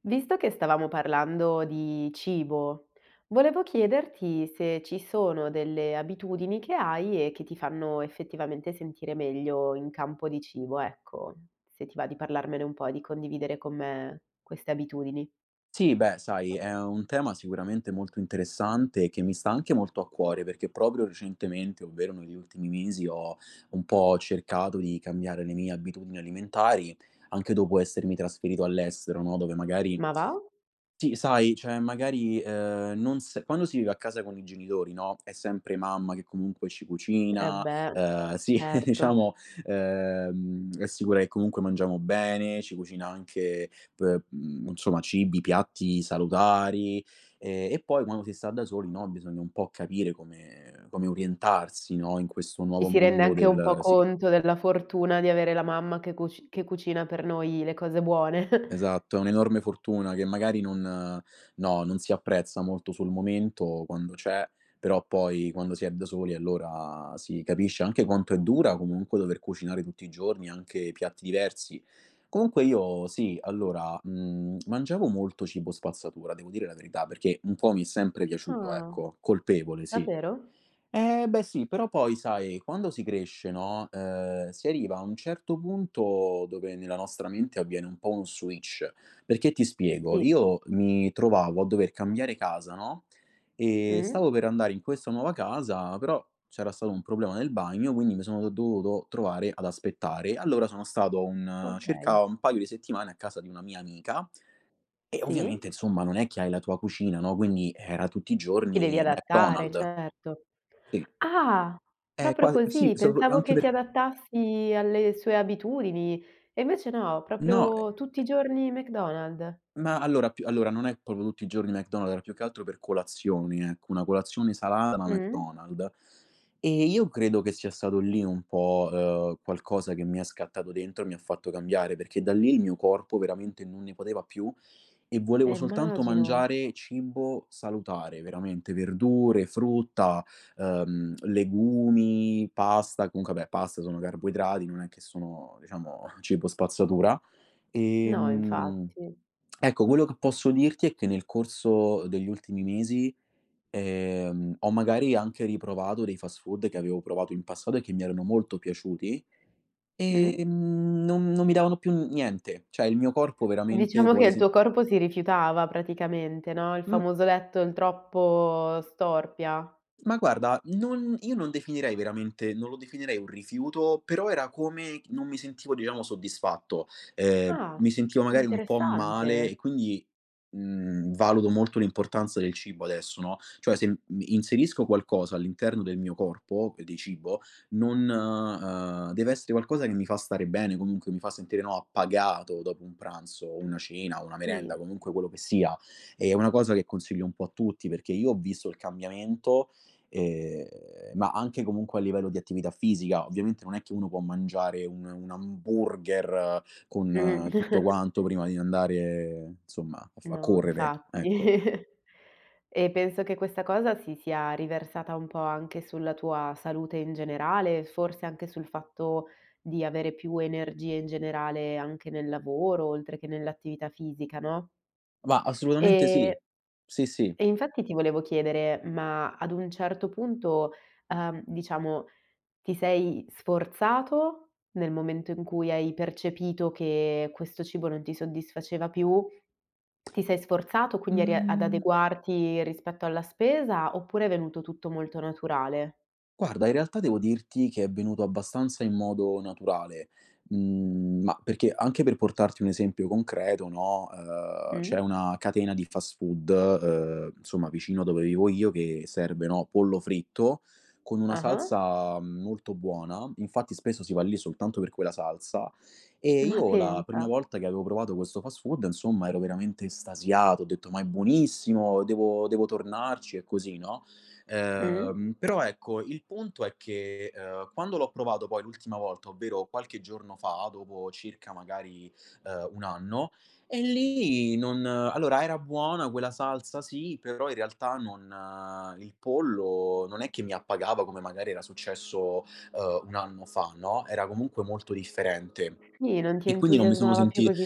Visto che stavamo parlando di cibo, volevo chiederti se ci sono delle abitudini che hai e che ti fanno effettivamente sentire meglio in campo di cibo, ecco, se ti va di parlarmene un po' e di condividere con me queste abitudini. Sì, beh, sai, è un tema sicuramente molto interessante che mi sta anche molto a cuore perché proprio recentemente, ovvero negli ultimi mesi, ho un po' cercato di cambiare le mie abitudini alimentari, anche dopo essermi trasferito all'estero, no? Dove magari Ma va? sì, sai, cioè magari, non se quando si vive a casa con i genitori, no, è sempre mamma che comunque ci Eh cucina, beh, sì, certo. diciamo, è sicura che comunque mangiamo bene, ci cucina anche p insomma cibi, piatti salutari, e poi quando si sta da soli, no, bisogna un po' capire come orientarsi, no, in questo Ci nuovo si rende mondo anche un po' del sì. conto della fortuna di avere la mamma che cucina per noi le cose buone. Esatto, è un'enorme fortuna che magari non no, non si apprezza molto sul momento quando c'è, però poi quando si è da soli allora si capisce anche quanto è dura comunque dover cucinare tutti i giorni, anche piatti diversi. Comunque io sì, allora, mangiavo molto cibo spazzatura, devo dire la verità, perché un po' mi è sempre piaciuto, Ah, ecco, colpevole, sì. davvero? Eh beh sì, però poi sai, quando si cresce, no, si arriva a un certo punto dove nella nostra mente avviene un po' un switch. Perché ti spiego, Sì. io mi trovavo a dover cambiare casa, no, e Mh, stavo per andare in questa nuova casa, però c'era stato un problema nel bagno, quindi mi sono dovuto trovare ad aspettare. Allora sono stato un okay. circa un paio di settimane a casa di una mia amica e Sì. ovviamente insomma non è che hai la tua cucina, no, quindi era tutti i Ti devi giorni adattare, McDonald's. certo. Sì. Ah, proprio Qua sì, così, sopr pensavo anche che ti per adattassi alle sue abitudini e invece no, no, proprio tutti i giorni McDonald's. ma allora più allora non è proprio tutti i giorni McDonald's, era più che altro per colazioni, ecco, una colazione salata ma Mh. McDonald's. E io credo che sia stato lì un po', qualcosa che mi è scattato dentro e mi ha fatto cambiare, perché da lì il mio corpo veramente non ne poteva più e volevo soltanto Immagino. mangiare cibo salutare, veramente verdure, frutta, legumi, pasta, comunque vabbè, pasta sono carboidrati, non è che sono, diciamo, cibo spazzatura. No, Ehm, infatti. ecco, quello che posso dirti è che nel corso degli ultimi mesi, ho magari anche riprovato dei fast food che avevo provato in passato e che mi erano molto piaciuti, Mh. ehm, non mi davano più niente. Cioè il mio corpo veramente Diciamo che vuole il sen tuo corpo si rifiutava praticamente, no, il mh. famoso letto il troppo storpia. Ma guarda, non io non definirei veramente non lo definirei un rifiuto, però era come non mi sentivo diciamo soddisfatto. Ah, Ah, mi sentivo magari un po', okay, male interessante. e quindi, valuto molto l'importanza del cibo adesso, no, cioè se m inserisco qualcosa all'interno del mio corpo e di cibo, non deve essere qualcosa che mi fa stare bene, comunque mi fa sentire, no, appagato dopo un pranzo o una cena o una merenda, Sì. comunque quello che sia. È una cosa che consiglio un po' a tutti, perché io ho visto il cambiamento. Ehm, ma anche comunque a livello di attività fisica, ovviamente non è che uno può mangiare un hamburger con Mh. Tutto quanto prima di andare, insomma, a f a No, correre, infatti. ecco. E penso che questa cosa si sia riversata un po' anche sulla tua salute in generale, forse anche sul fatto di avere più energie in generale anche nel lavoro, oltre che nell'attività fisica, no? Ma assolutamente sì. E Sì, sì. e infatti ti volevo chiedere, ma ad un certo punto, diciamo ti sei sforzato nel momento in cui hai percepito che questo cibo non ti soddisfaceva più? Ti sei sforzato quindi eri ad Mhmm adeguarti rispetto alla spesa, oppure è venuto tutto molto naturale? Guarda, in realtà devo dirti che è venuto abbastanza in modo naturale, ma perché anche per portarti un esempio concreto, no, Mh. c'è una catena di fast food, insomma vicino dove vivo io che serve, no, pollo fritto con una Ah-ah. salsa molto buona, infatti spesso si va lì soltanto per quella salsa e Ma io la prima pensa. volta che avevo provato questo fast food, insomma, ero veramente estasiato, ho detto: "Ma è buonissimo, devo tornarci" e così, no? Mh. Però ecco, il punto è che, quando l'ho provato poi l'ultima volta, ovvero qualche giorno fa, dopo circa magari, un anno, e lì non allora era buona quella salsa sì, però in realtà non il pollo non è che mi appagava come magari era successo, un anno fa, no, era comunque molto differente. Sì, non ti E quindi non mi sono entusiasmava più sentito così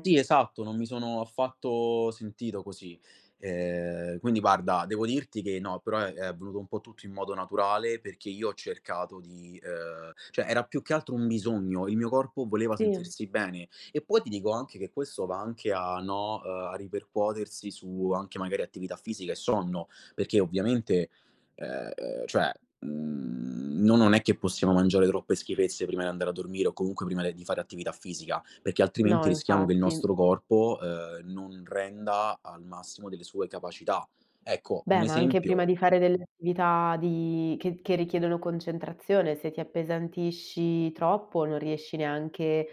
sì, esatto, non mi sono affatto sentito così. Quindi guarda, devo dirti che no, però è venuto un po' tutto in modo naturale perché io ho cercato di cioè era più che altro un bisogno, il mio corpo voleva Sì. sentirsi bene. E poi ti dico anche che questo va anche a no, a ripercuotersi su anche magari attività fisica e sonno, perché ovviamente, cioè, no non è che possiamo mangiare troppe schifezze prima di andare a dormire o comunque prima de di fare attività fisica perché altrimenti No, rischiamo che il infatti. nostro corpo non renda al massimo delle sue capacità. Ecco, un Beh, ma anche prima esempio di fare delle attività di che richiedono concentrazione, se ti appesantisci troppo non riesci neanche.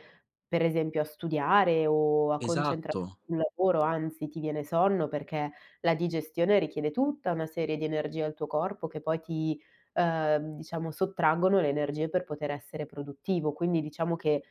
Per esempio a studiare o a concentrarti esatto, sul lavoro, anzi ti viene sonno perché la digestione richiede tutta una serie di energie al tuo corpo che poi ti, diciamo, sottraggono le energie per poter essere produttivo. Quindi diciamo che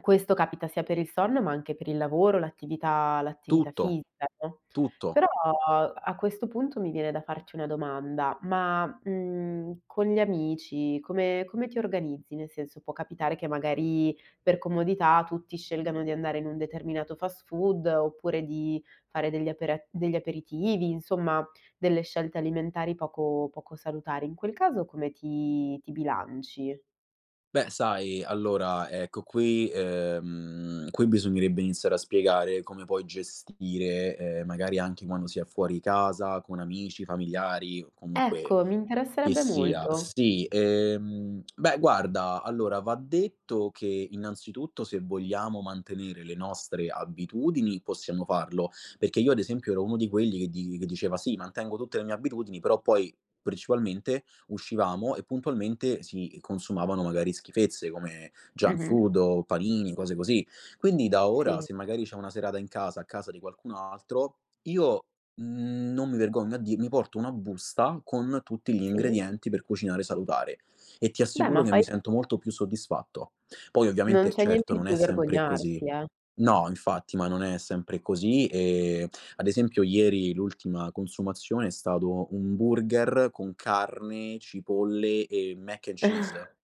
questo capita sia per il sonno, ma anche per il lavoro, l'attività tutto, fisica, no. tutto. Però a questo punto mi viene da farti una domanda, ma, mhmm, con gli amici come ti organizzi? Nel senso può capitare che magari per comodità tutti scelgano di andare in un determinato fast food oppure di fare degli aperitivi, insomma delle scelte alimentari poco salutari. In quel caso come ti bilanci? Beh, sai, allora, ecco, qui, qui bisognerebbe iniziare a spiegare come puoi gestire, magari anche quando si è fuori casa, con amici, familiari, comunque. Ecco, mi Che interesserebbe sia, molto. sì. Beh guarda, allora va detto che innanzitutto se vogliamo mantenere le nostre abitudini possiamo farlo, perché io ad esempio ero uno di quelli che di che diceva: "Sì, mantengo tutte le mie abitudini", però poi principalmente uscivamo e puntualmente si consumavano magari schifezze come junk Mh-mh. food o panini, cose così. Quindi da ora, Sì, se magari c'è una serata in casa, a casa di qualcun altro, io. Non mi vergogno a di mi porto una busta con tutti gli sì. ingredienti per cucinare salutare e ti Beh, assicuro ma che mi, fai, certo, sento molto più soddisfatto. Poi non ovviamente, c'è niente certo, di non è cui sempre così. vergognarsi, eh. No, infatti, ma non è sempre così, ad esempio ieri l'ultima consumazione è stato un burger con carne, cipolle e mac and cheese.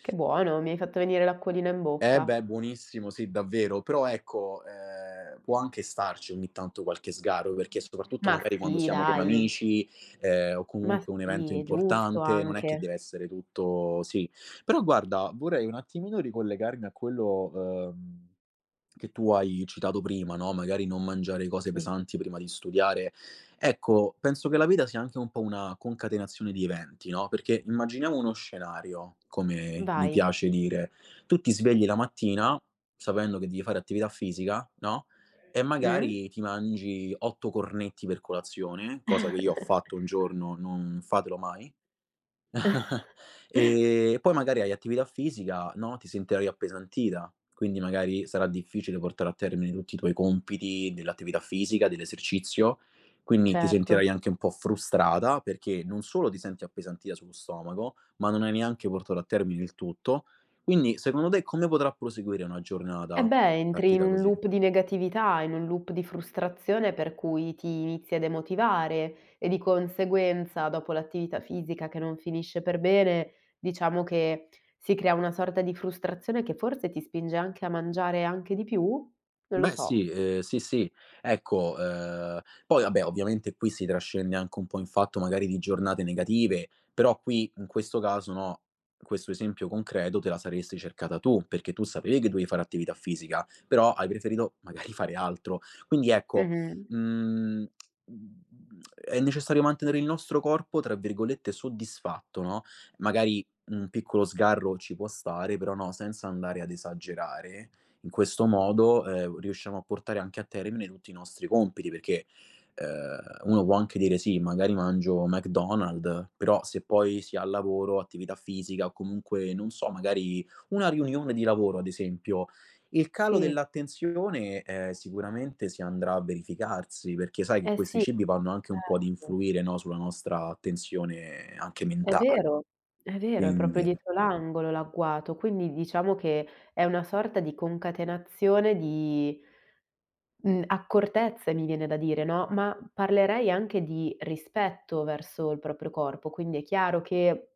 Che buono, mi hai fatto venire l'acquolina in Eh bocca. beh, buonissimo, sì, davvero. Però ecco, può anche starci ogni tanto qualche sgarro, perché soprattutto Ma magari quando sì, siamo con dai. amici, o Ma comunque un evento sì, è giusto importante, non è che anche. deve essere tutto sì. Però guarda, vorrei un attimino ricollegarmi a quello, che tu hai citato prima, no, magari non mangiare cose Sì, pesanti prima di studiare. Ecco, penso che la vita sia anche un po' una concatenazione di eventi, no, perché immaginiamo uno scenario, come mi vai. piace dire, tu ti svegli la mattina sapendo che devi fare attività fisica, no? E Mh? magari ti mangi otto cornetti per colazione, cosa che io ho fatto un giorno, non fatelo mai. E poi magari hai attività fisica, no, ti sentirai appesantita, quindi magari sarà difficile portare a termine tutti i tuoi compiti dell'attività fisica, dell'esercizio, quindi ti Certo. sentirai anche un po' frustrata perché non solo ti senti appesantita sullo stomaco, ma non hai neanche portato a termine il tutto. Quindi secondo te come potrà proseguire una Eh giornata beh, entri in partita un così? loop di negatività, in un loop di frustrazione per cui ti inizi a demotivare e di conseguenza dopo l'attività fisica che non finisce per bene, diciamo che si crea una sorta di frustrazione che forse ti spinge anche a mangiare anche di più? Non lo Beh so. sì, sì, sì. Ecco, poi vabbè ovviamente qui si trascende anche un po' in fatto magari di giornate negative, però qui in questo caso, no, questo esempio concreto te la saresti cercata tu, perché tu sapevi che dovevi fare attività fisica, però hai preferito magari fare altro. Quindi ecco, Mh-mh. mhmm, è necessario mantenere il nostro corpo, tra virgolette, "soddisfatto", no, magari un piccolo sgarro ci può stare, però no, senza andare ad esagerare in questo modo, riusciamo a portare anche a termine tutti i nostri compiti, perché, uno può anche dire: "Sì, magari mangio McDonald's", però se poi si ha lavoro, attività fisica o comunque, non so, magari una riunione di lavoro ad esempio, il calo Sì. dell'attenzione, sicuramente si andrà a verificarsi, perché sai che Eh questi sì, cibi vanno anche un po' ad certo. influire, no, sulla nostra attenzione anche È mentale, vero, è vero, è proprio quindi dietro l'angolo l'agguato, quindi diciamo che è una sorta di concatenazione di mhmm, accortezze mi viene da dire, no, ma parlerei anche di rispetto verso il proprio corpo. Quindi è chiaro che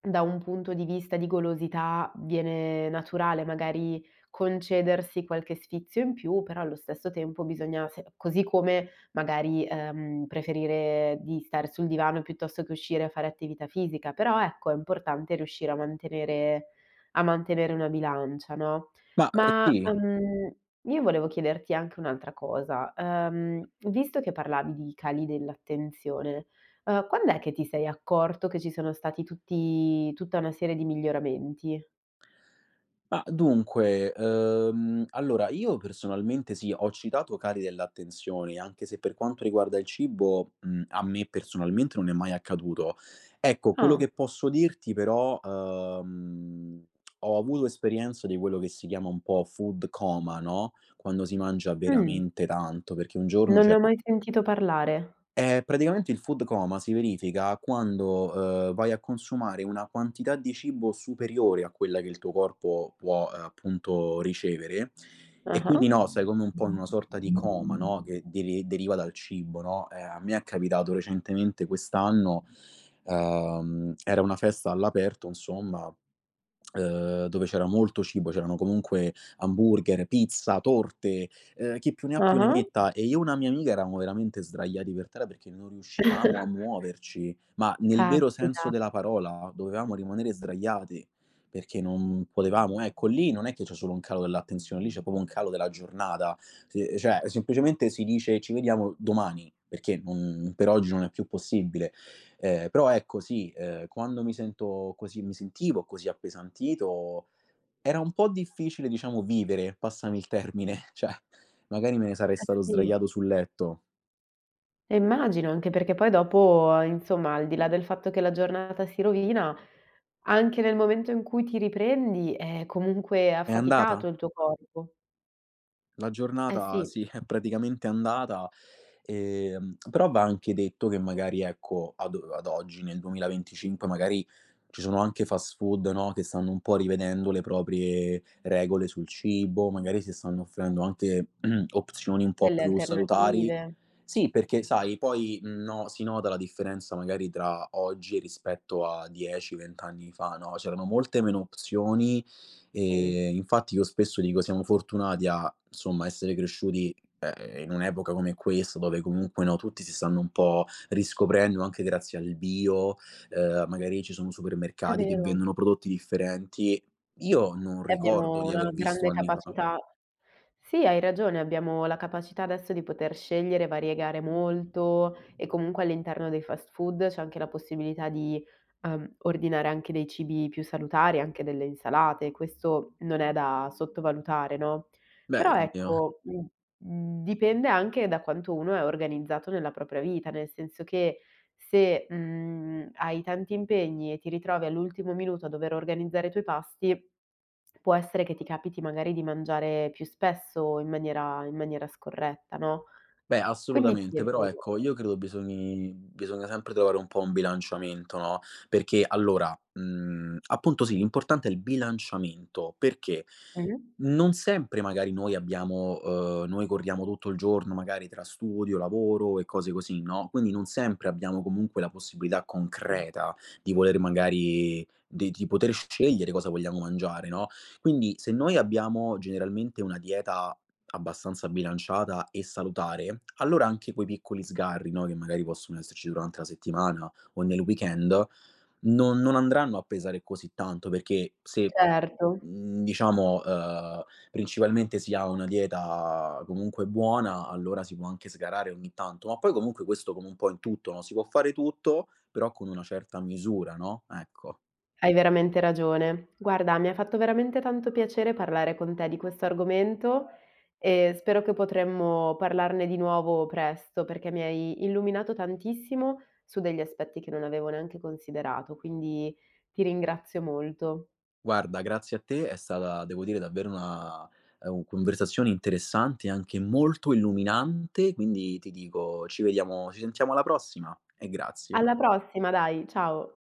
da un punto di vista di golosità viene naturale magari concedersi qualche sfizio in più, però allo stesso tempo bisogna, se così come magari, preferire di stare sul divano piuttosto che uscire a fare attività fisica, però ecco è importante riuscire a mantenere una bilancia, no. ma, Ma, sì. Io volevo chiederti anche un'altra cosa, visto che parlavi di cali dell'attenzione, uhm, quand'è che ti sei accorto che ci sono stati tutti tutta una serie di miglioramenti? Ma dunque, allora io personalmente sì, ho citato cali dell'attenzione, anche se per quanto riguarda il cibo, a me personalmente non è mai accaduto. Ecco, quello Ah. che posso dirti però, ho avuto esperienza di quello che si chiama un po' food coma, no, quando si mangia Mh, veramente tanto, perché un giorno non ne ho c'era. mai sentito parlare. Praticamente il food coma si verifica quando, vai a consumare una quantità di cibo superiore a quella che il tuo corpo può, appunto ricevere e Ah-ah. quindi, no, sei come un po' in una sorta di coma, no, che deriva dal cibo, no. A me è capitato recentemente quest'anno, era una festa all'aperto insomma dove c'era molto cibo, c'erano comunque hamburger, pizza, torte, chi più ne ha più ne Ah-ah. metta, e io e una mia amica eravamo veramente sdraiati per terra perché non riuscivamo a muoverci, ma nel vero Caspita, senso della parola, dovevamo rimanere sdraiati perché non potevamo ecco, lì non è che c'è solo un calo dell'attenzione, lì c'è proprio un calo della giornata. Se cioè semplicemente si dice: "Ci vediamo domani", perché non per oggi non è più possibile. Però ecco sì, quando mi sento così mi sentivo così appesantito, era un po' difficile diciamo vivere, passami il termine, cioè magari me ne sarei eh stato sì, sdraiato sul letto. Immagino, anche perché poi dopo insomma, al di là del fatto che la giornata si rovina, anche nel momento in cui ti riprendi è comunque È andata? affaticato il tuo corpo. La Eh giornata sì, sì, è praticamente andata, però va anche detto che magari ecco, ad oggi nel 2025 magari ci sono anche fast food, no, che stanno un po' rivedendo le proprie regole sul cibo, magari si stanno offrendo anche opzioni un po' delle più salutari. alternative. Sì, perché sai poi, no si nota la differenza magari tra oggi rispetto a 10, 20 anni fa, no, c'erano molte meno opzioni Sì, e infatti io spesso dico siamo fortunati a, insomma, essere cresciuti, in un'epoca come questa dove comunque, no, tutti si stanno un po' riscoprendo anche grazie al bio, magari ci sono è supermercati che vero. vendono prodotti differenti. Io non E ricordo abbiamo di aver una visto grande anni fa capacità. Sì, hai ragione, abbiamo la capacità adesso di poter scegliere, variegare molto e comunque all'interno dei fast food c'è anche la possibilità di, ordinare anche dei cibi più salutari, anche delle insalate, questo non è da sottovalutare, no, beh, però ecco, mhmm, mhmm, dipende anche da quanto uno è organizzato nella propria vita, nel senso che se, mhmm, hai tanti impegni e ti ritrovi all'ultimo minuto a dover organizzare i tuoi pasti, può essere che ti capiti magari di mangiare più spesso in maniera scorretta, no, Beh, quindi ti assolutamente, però chiedo. ecco, io credo bisogni bisogna sempre trovare un po' un bilanciamento, no, perché allora, appunto sì, l'importante è il bilanciamento, perché Mh-mh, non sempre magari noi corriamo tutto il giorno magari tra studio, lavoro e cose così, no, quindi non sempre abbiamo comunque la possibilità concreta di voler magari di poter scegliere cosa vogliamo mangiare, no, quindi se noi abbiamo generalmente una dieta abbastanza bilanciata e salutare, allora anche quei piccoli sgarri, no, che magari possono esserci durante la settimana o nel weekend, non andranno a pesare così tanto, perché se, certo. Diciamo, principalmente si ha una dieta comunque buona, allora si può anche sgarrare ogni tanto, ma poi comunque questo come un po' in tutto, no, si può fare tutto, però con una certa misura, no, ecco. Hai veramente ragione. Guarda, mi ha fatto veramente tanto piacere parlare con te di questo argomento e spero che potremmo parlarne di nuovo presto, perché mi hai illuminato tantissimo su degli aspetti che non avevo neanche considerato, quindi ti ringrazio molto. Guarda, grazie a te, è stata, devo dire, davvero una conversazione interessante e anche molto illuminante, quindi ti dico ci sentiamo alla prossima e grazie. Alla prossima, dai, ciao.